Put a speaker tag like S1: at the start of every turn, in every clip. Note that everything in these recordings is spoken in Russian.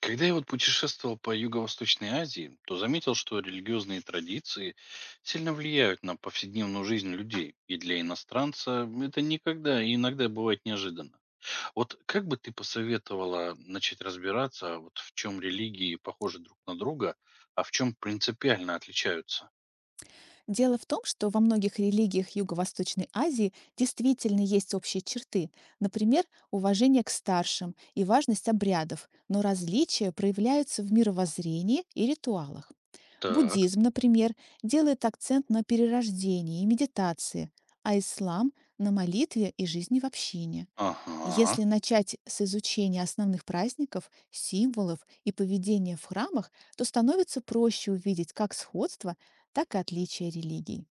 S1: Когда я вот путешествовал по Юго-Восточной Азии, то заметил, что религиозные традиции сильно влияют на повседневную жизнь людей. И для иностранца это никогда и иногда бывает неожиданно. Вот как бы ты посоветовала начать разбираться, вот в чем религии похожи друг на друга, а в чем принципиально отличаются?
S2: Дело в том, что во многих религиях Юго-Восточной Азии действительно есть общие черты, например, уважение к старшим и важность обрядов, но различия проявляются в мировоззрении и ритуалах.
S1: Так,
S2: Буддизм, например, делает акцент на перерождении и медитации, а ислам– на молитве и жизни в общине.
S1: ага.
S2: Если начать с изучения основных праздников, символов и поведения в храмах, то становится проще увидеть как сходство, так и отличия религий.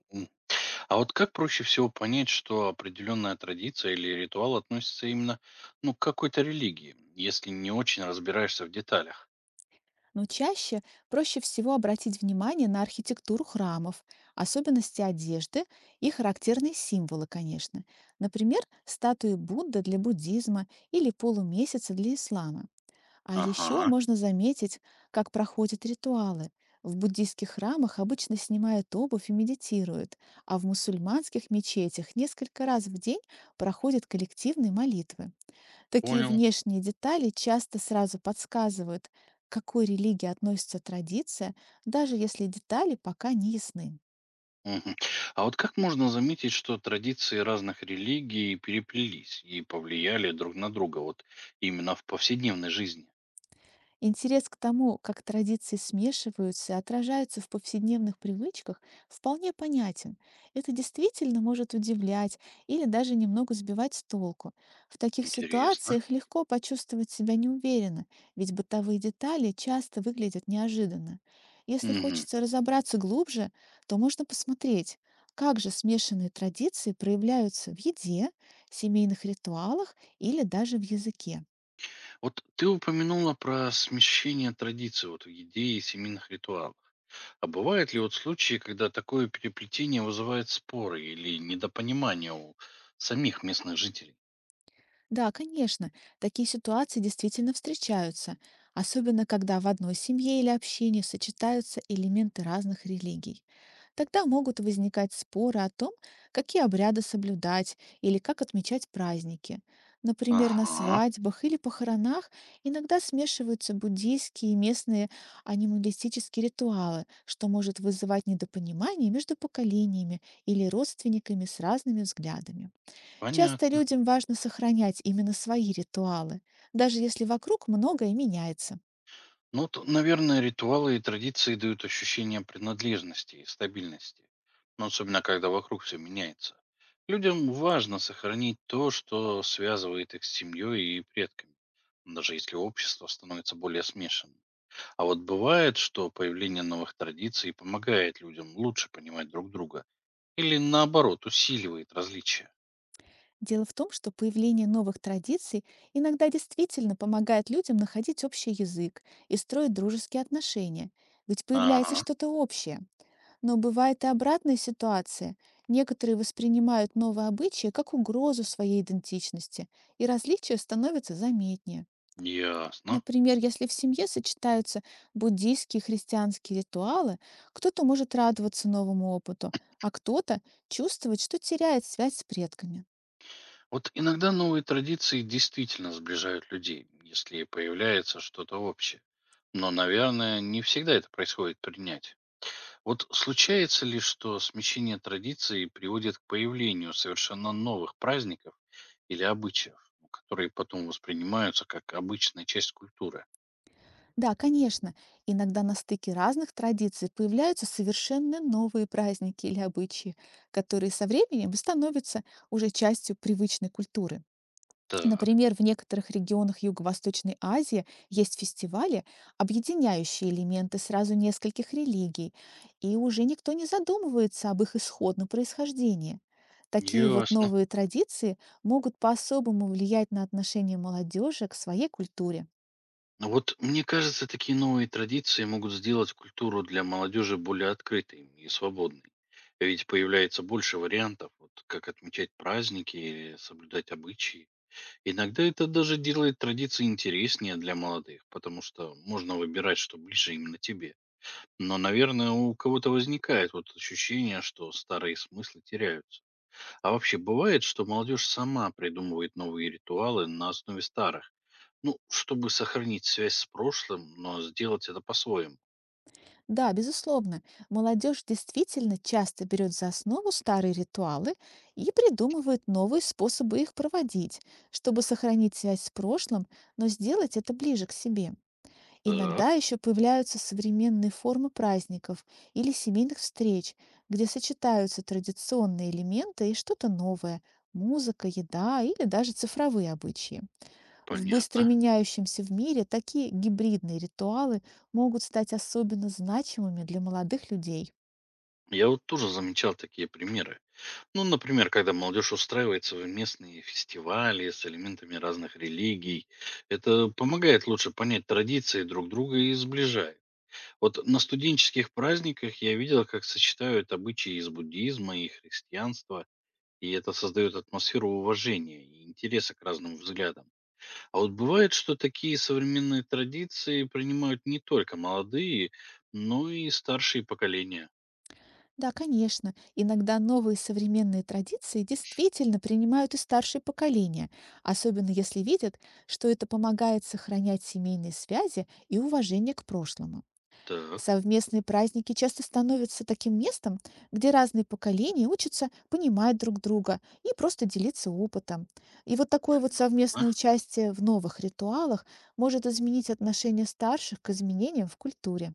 S1: А вот как проще всего понять, что определенная традиция или ритуал относится именно ну, к какой-то религии, если не очень разбираешься в деталях?
S2: Но чаще проще всего обратить внимание на архитектуру храмов, особенности одежды и характерные символы, конечно. Например, статуи Будды для буддизма или полумесяца для ислама. А еще
S1: Ага,
S2: можно заметить, как проходят ритуалы. В буддийских храмах обычно снимают обувь и медитируют, а в мусульманских мечетях несколько раз в день проходят коллективные молитвы. Такие
S1: понял.
S2: внешние детали часто сразу подсказывают, к какой религии относится традиция, даже если детали пока не ясны.
S1: Мгм. А вот как можно заметить, что традиции разных религий переплелись и повлияли друг на друга вот именно в повседневной жизни?
S2: Интерес к тому, как традиции смешиваются и отражаются в повседневных привычках, вполне понятен. Это действительно может удивлять или даже немного сбивать с толку. В таких
S1: Интересно.
S2: ситуациях легко почувствовать себя неуверенно, ведь бытовые детали часто выглядят неожиданно. Если
S1: Мгм.
S2: хочется разобраться глубже, то можно посмотреть, как же смешанные традиции проявляются в еде, семейных ритуалах или даже в языке.
S1: Вот ты упомянула про смещение традиций вот в еде и семейных ритуалах. А бывают ли вот случаи, когда такое переплетение вызывает споры или недопонимание у самих местных жителей?
S2: Да, конечно, такие ситуации действительно встречаются, особенно когда в одной семье или общине сочетаются элементы разных религий. Тогда могут возникать споры о том, какие обряды соблюдать или как отмечать праздники. Например, на
S1: Ага,
S2: свадьбах или похоронах иногда смешиваются буддийские и местные анималистические ритуалы, что может вызывать недопонимание между поколениями или родственниками с разными взглядами. Часто
S1: понятно.
S2: людям важно сохранять именно свои ритуалы, даже если вокруг многое меняется.
S1: Ну, то, наверное, ритуалы и традиции дают ощущение принадлежности и стабильности. Но особенно, когда вокруг все меняется. Людям важно сохранить то, что связывает их с семьей и предками, даже если общество становится более смешанным. А вот бывает, что появление новых традиций помогает людям лучше понимать друг друга? Или наоборот, усиливает различия?
S2: Дело в том, что появление новых традиций иногда действительно помогает людям находить общий язык и строить дружеские отношения, ведь появляется
S1: Ага,
S2: что-то общее. Но бывает и обратная ситуация. Некоторые воспринимают новые обычаи как угрозу своей идентичности, и различия становятся заметнее.
S1: ясно.
S2: Например, если в семье сочетаются буддийские и христианские ритуалы, кто-то может радоваться новому опыту, а кто-то чувствовать, что теряет связь с предками.
S1: Вот иногда новые традиции действительно сближают людей, если появляется что-то общее. Но, наверное, не всегда это происходит принять. Вот случается ли, что смещение традиций приводит к появлению совершенно новых праздников или обычаев, которые потом воспринимаются как обычная часть культуры?
S2: Да, конечно, иногда на стыке разных традиций появляются совершенно новые праздники или обычаи, которые со временем становятся уже частью привычной культуры.
S1: Так,
S2: Например, в некоторых регионах Юго-Восточной Азии есть фестивали, объединяющие элементы сразу нескольких религий, и уже никто не задумывается об их исходном происхождении. Такие вот
S1: ясно.
S2: новые традиции могут по-особому влиять на отношение молодежи к своей культуре.
S1: Ну вот мне кажется, такие новые традиции могут сделать культуру для молодежи более открытой и свободной. Ведь появляется больше вариантов, вот как отмечать праздники или соблюдать обычаи. Иногда это даже делает традиции интереснее для молодых, потому что можно выбирать, что ближе именно тебе. Но, наверное, у кого-то возникает вот ощущение, что старые смыслы теряются. А вообще бывает, что молодежь сама придумывает новые ритуалы на основе старых. Ну, чтобы сохранить связь с прошлым, но сделать это по-своему.
S2: Да, безусловно, молодежь действительно часто берет за основу старые ритуалы и придумывает новые способы их проводить, чтобы сохранить связь с прошлым, но сделать это ближе к себе.
S1: Так,
S2: Иногда еще появляются современные формы праздников или семейных встреч, где сочетаются традиционные элементы и что-то новое– музыка, еда или даже цифровые обычаи. В быстро
S1: понятно.
S2: меняющемся в мире такие гибридные ритуалы могут стать особенно значимыми для молодых людей.
S1: Я вот тоже замечал такие примеры. Ну, например, когда молодежь устраивается в местные фестивали с элементами разных религий, это помогает лучше понять традиции друг друга и сближает. Вот на студенческих праздниках я видел, как сочетают обычаи из буддизма и христианства, и это создает атмосферу уважения и интереса к разным взглядам. А вот бывает, что такие современные традиции принимают не только молодые, но и старшие поколения?
S2: Да, конечно. Иногда новые современные традиции действительно принимают и старшие поколения, особенно если видят, что это помогает сохранять семейные связи и уважение к прошлому.
S1: Так,
S2: Совместные праздники часто становятся таким местом, где разные поколения учатся понимать друг друга и просто делиться опытом. И вот такое вот
S1: понятно.
S2: совместное участие в новых ритуалах может изменить отношение старших к изменениям в культуре.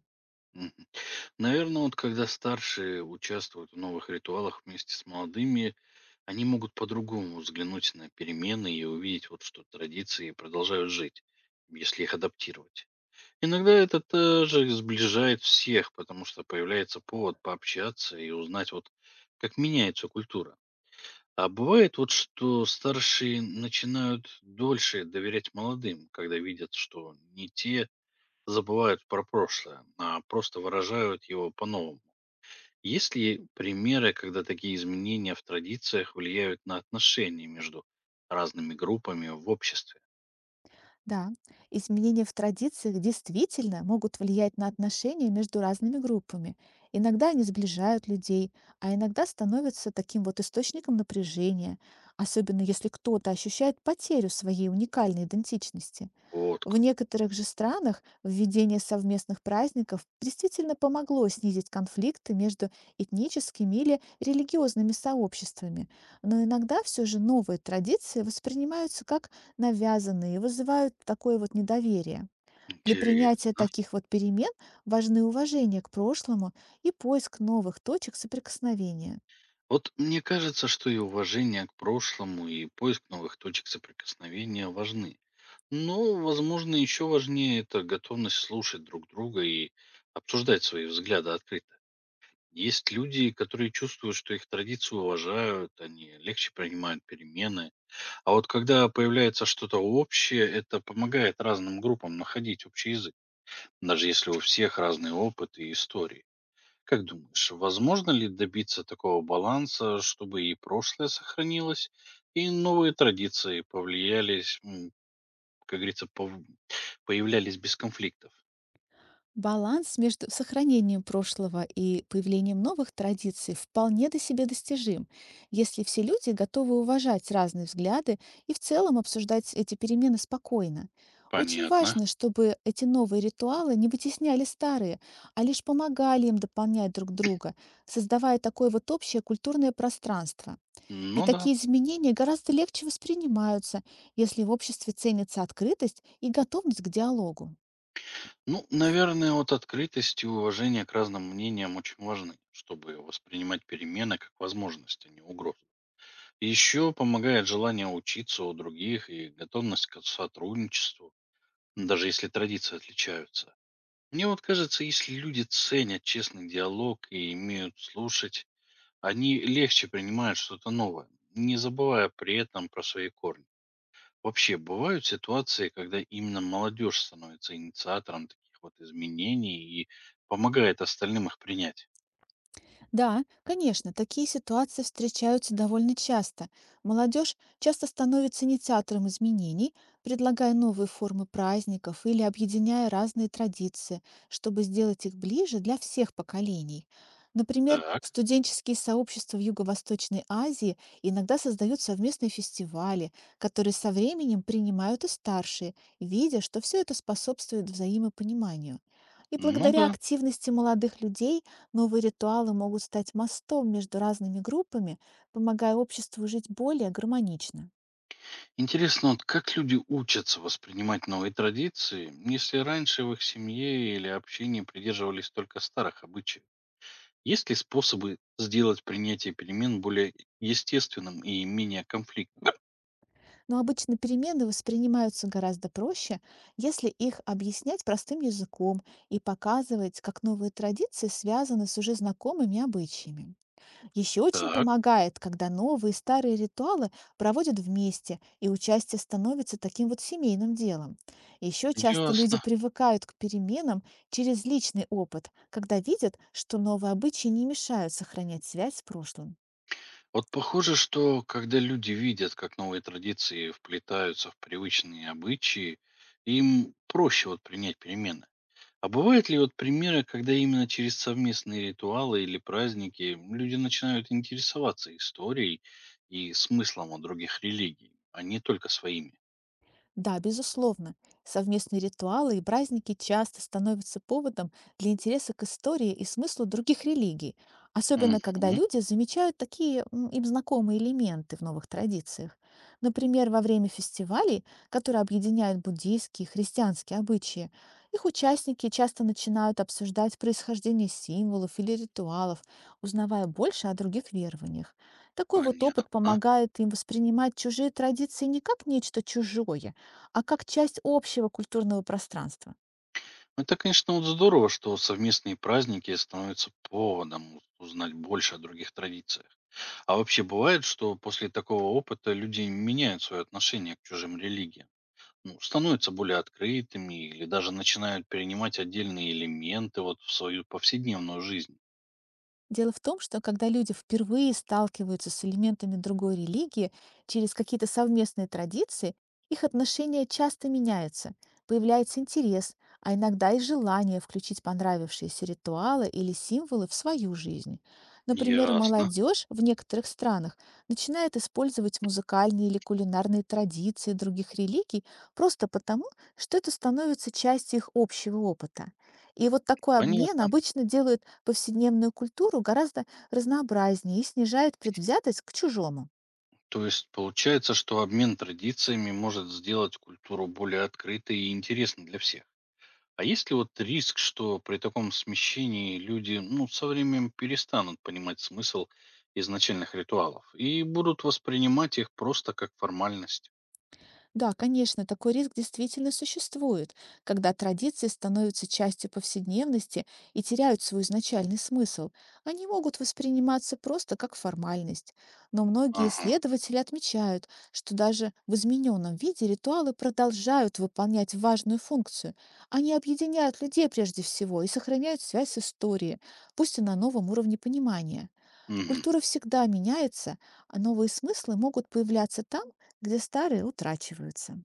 S1: Наверное, вот когда старшие участвуют в новых ритуалах вместе с молодыми, они могут по-другому взглянуть на перемены и увидеть, вот, что традиции продолжают жить, если их адаптировать. Иногда это также сближает всех, потому что появляется повод пообщаться и узнать, вот как меняется культура. А бывает вот, что старшие начинают дольше доверять молодым, когда видят, что не те забывают про прошлое, а просто выражают его по-новому. Есть ли примеры, когда такие изменения в традициях влияют на отношения между разными группами в обществе?
S2: Да, изменения в традициях действительно могут влиять на отношения между разными группами. Иногда они сближают людей, а иногда становятся таким вот источником напряжения, особенно если кто-то ощущает потерю своей уникальной идентичности.
S1: Вот
S2: В
S1: как
S2: некоторых же странах введение совместных праздников действительно помогло снизить конфликты между этническими или религиозными сообществами, но иногда все же новые традиции воспринимаются как навязанные и вызывают такое вот недоверие. Для принятия
S1: интересно.
S2: таких вот перемен важны уважение к прошлому и поиск новых точек соприкосновения.
S1: Вот мне кажется, что и уважение к прошлому, и поиск новых точек соприкосновения важны. Но, возможно, еще важнее это готовность слушать друг друга и обсуждать свои взгляды открыто. Есть люди, которые чувствуют, что их традиции уважают, они легче принимают перемены. А вот когда появляется что-то общее, это помогает разным группам находить общий язык, даже если у всех разный опыт и истории. Как думаешь, возможно ли добиться такого баланса, чтобы и прошлое сохранилось, и новые традиции повлиялись, как говорится, появлялись без конфликтов?
S2: Баланс между сохранением прошлого и появлением новых традиций вполне до себе достижим, если все люди готовы уважать разные взгляды и в целом обсуждать эти перемены спокойно. Очень
S1: Понятно.
S2: важно, чтобы эти новые ритуалы не вытесняли старые, а лишь помогали им дополнять друг друга, создавая такое вот общее культурное пространство. И
S1: Ну да.
S2: такие изменения гораздо легче воспринимаются, если в обществе ценится открытость и готовность к диалогу.
S1: Ну, наверное, вот открытость и уважение к разным мнениям очень важны, чтобы воспринимать перемены как возможность, а не угрозу. Еще помогает желание учиться у других и готовность к сотрудничеству, даже если традиции отличаются. Мне вот кажется, если люди ценят честный диалог и умеют слушать, они легче принимают что-то новое, не забывая при этом про свои корни. Вообще, бывают ситуации, когда именно молодежь становится инициатором таких вот изменений и помогает остальным их принять.
S2: Да, конечно, такие ситуации встречаются довольно часто. Молодежь часто становится инициатором изменений, предлагая новые формы праздников или объединяя разные традиции, чтобы сделать их ближе для всех поколений. Например,
S1: Так.
S2: студенческие сообщества в Юго-Восточной Азии иногда создают совместные фестивали, которые со временем принимают и старшие, видя, что все это способствует взаимопониманию. И
S1: Ну
S2: благодаря
S1: да.
S2: активности молодых людей новые ритуалы могут стать мостом между разными группами, помогая обществу жить более гармонично.
S1: Интересно, вот как люди учатся воспринимать новые традиции, если раньше в их семье или общении придерживались только старых обычаев? Есть ли способы сделать принятие перемен более естественным и менее конфликтным?
S2: Но обычно перемены воспринимаются гораздо проще, если их объяснять простым языком и показывать, как новые традиции связаны с уже знакомыми обычаями. Еще очень
S1: Так,
S2: помогает, когда новые и старые ритуалы проводят вместе, и участие становится таким вот семейным делом. Еще часто люди
S1: ясно.
S2: привыкают к переменам через личный опыт, когда видят, что новые обычаи не мешают сохранять связь с прошлым.
S1: Вот похоже, что когда люди видят, как новые традиции вплетаются в привычные обычаи, им проще вот принять перемены. А бывают ли вот примеры, когда именно через совместные ритуалы или праздники люди начинают интересоваться историей и смыслом у других религий, а не только своими?
S2: Да, безусловно. Совместные ритуалы и праздники часто становятся поводом для интереса к истории и смыслу других религий, особенно когда
S1: Угу,
S2: люди замечают такие им знакомые элементы в новых традициях. Например, во время фестивалей, которые объединяют буддийские и христианские обычаи, их участники часто начинают обсуждать происхождение символов или ритуалов, узнавая больше о других верованиях. Такой вот
S1: понятно.
S2: опыт помогает им воспринимать чужие традиции не как нечто чужое, а как часть общего культурного пространства.
S1: Это, конечно, вот здорово, что совместные праздники становятся поводом узнать больше о других традициях. А вообще бывает, что после такого опыта люди меняют свое отношение к чужим религиям? Ну, становятся более открытыми или даже начинают перенимать отдельные элементы вот в свою повседневную жизнь.
S2: Дело в том, что когда люди впервые сталкиваются с элементами другой религии через какие-то совместные традиции, их отношения часто меняются, появляется интерес, а иногда и желание включить понравившиеся ритуалы или символы в свою жизнь. Например,
S1: Ясно.
S2: молодежь в некоторых странах начинает использовать музыкальные или кулинарные традиции других религий просто потому, что это становится частью их общего опыта. И вот такой обмен
S1: Понятно.
S2: обычно делают повседневную культуру гораздо разнообразнее и снижает предвзятость к чужому.
S1: То есть получается, что обмен традициями может сделать культуру более открытой и интересной для всех. А есть ли вот риск, что при таком смещении люди, ну, со временем перестанут понимать смысл изначальных ритуалов и будут воспринимать их просто как формальность?
S2: Да, конечно, такой риск действительно существует, когда традиции становятся частью повседневности и теряют свой изначальный смысл. Они могут восприниматься просто как формальность. Но многие
S1: Ага.
S2: исследователи отмечают, что даже в измененном виде ритуалы продолжают выполнять важную функцию. Они объединяют людей прежде всего и сохраняют связь с историей, пусть и на новом уровне понимания.
S1: Мгм.
S2: Культура всегда меняется, а новые смыслы могут появляться там, где старые утрачиваются.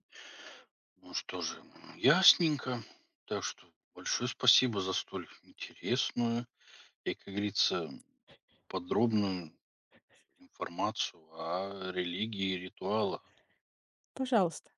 S1: Ну что же, ясненько. Так что большое спасибо за столь интересную и, как говорится, подробную информацию о религии и ритуалах.
S2: Пожалуйста.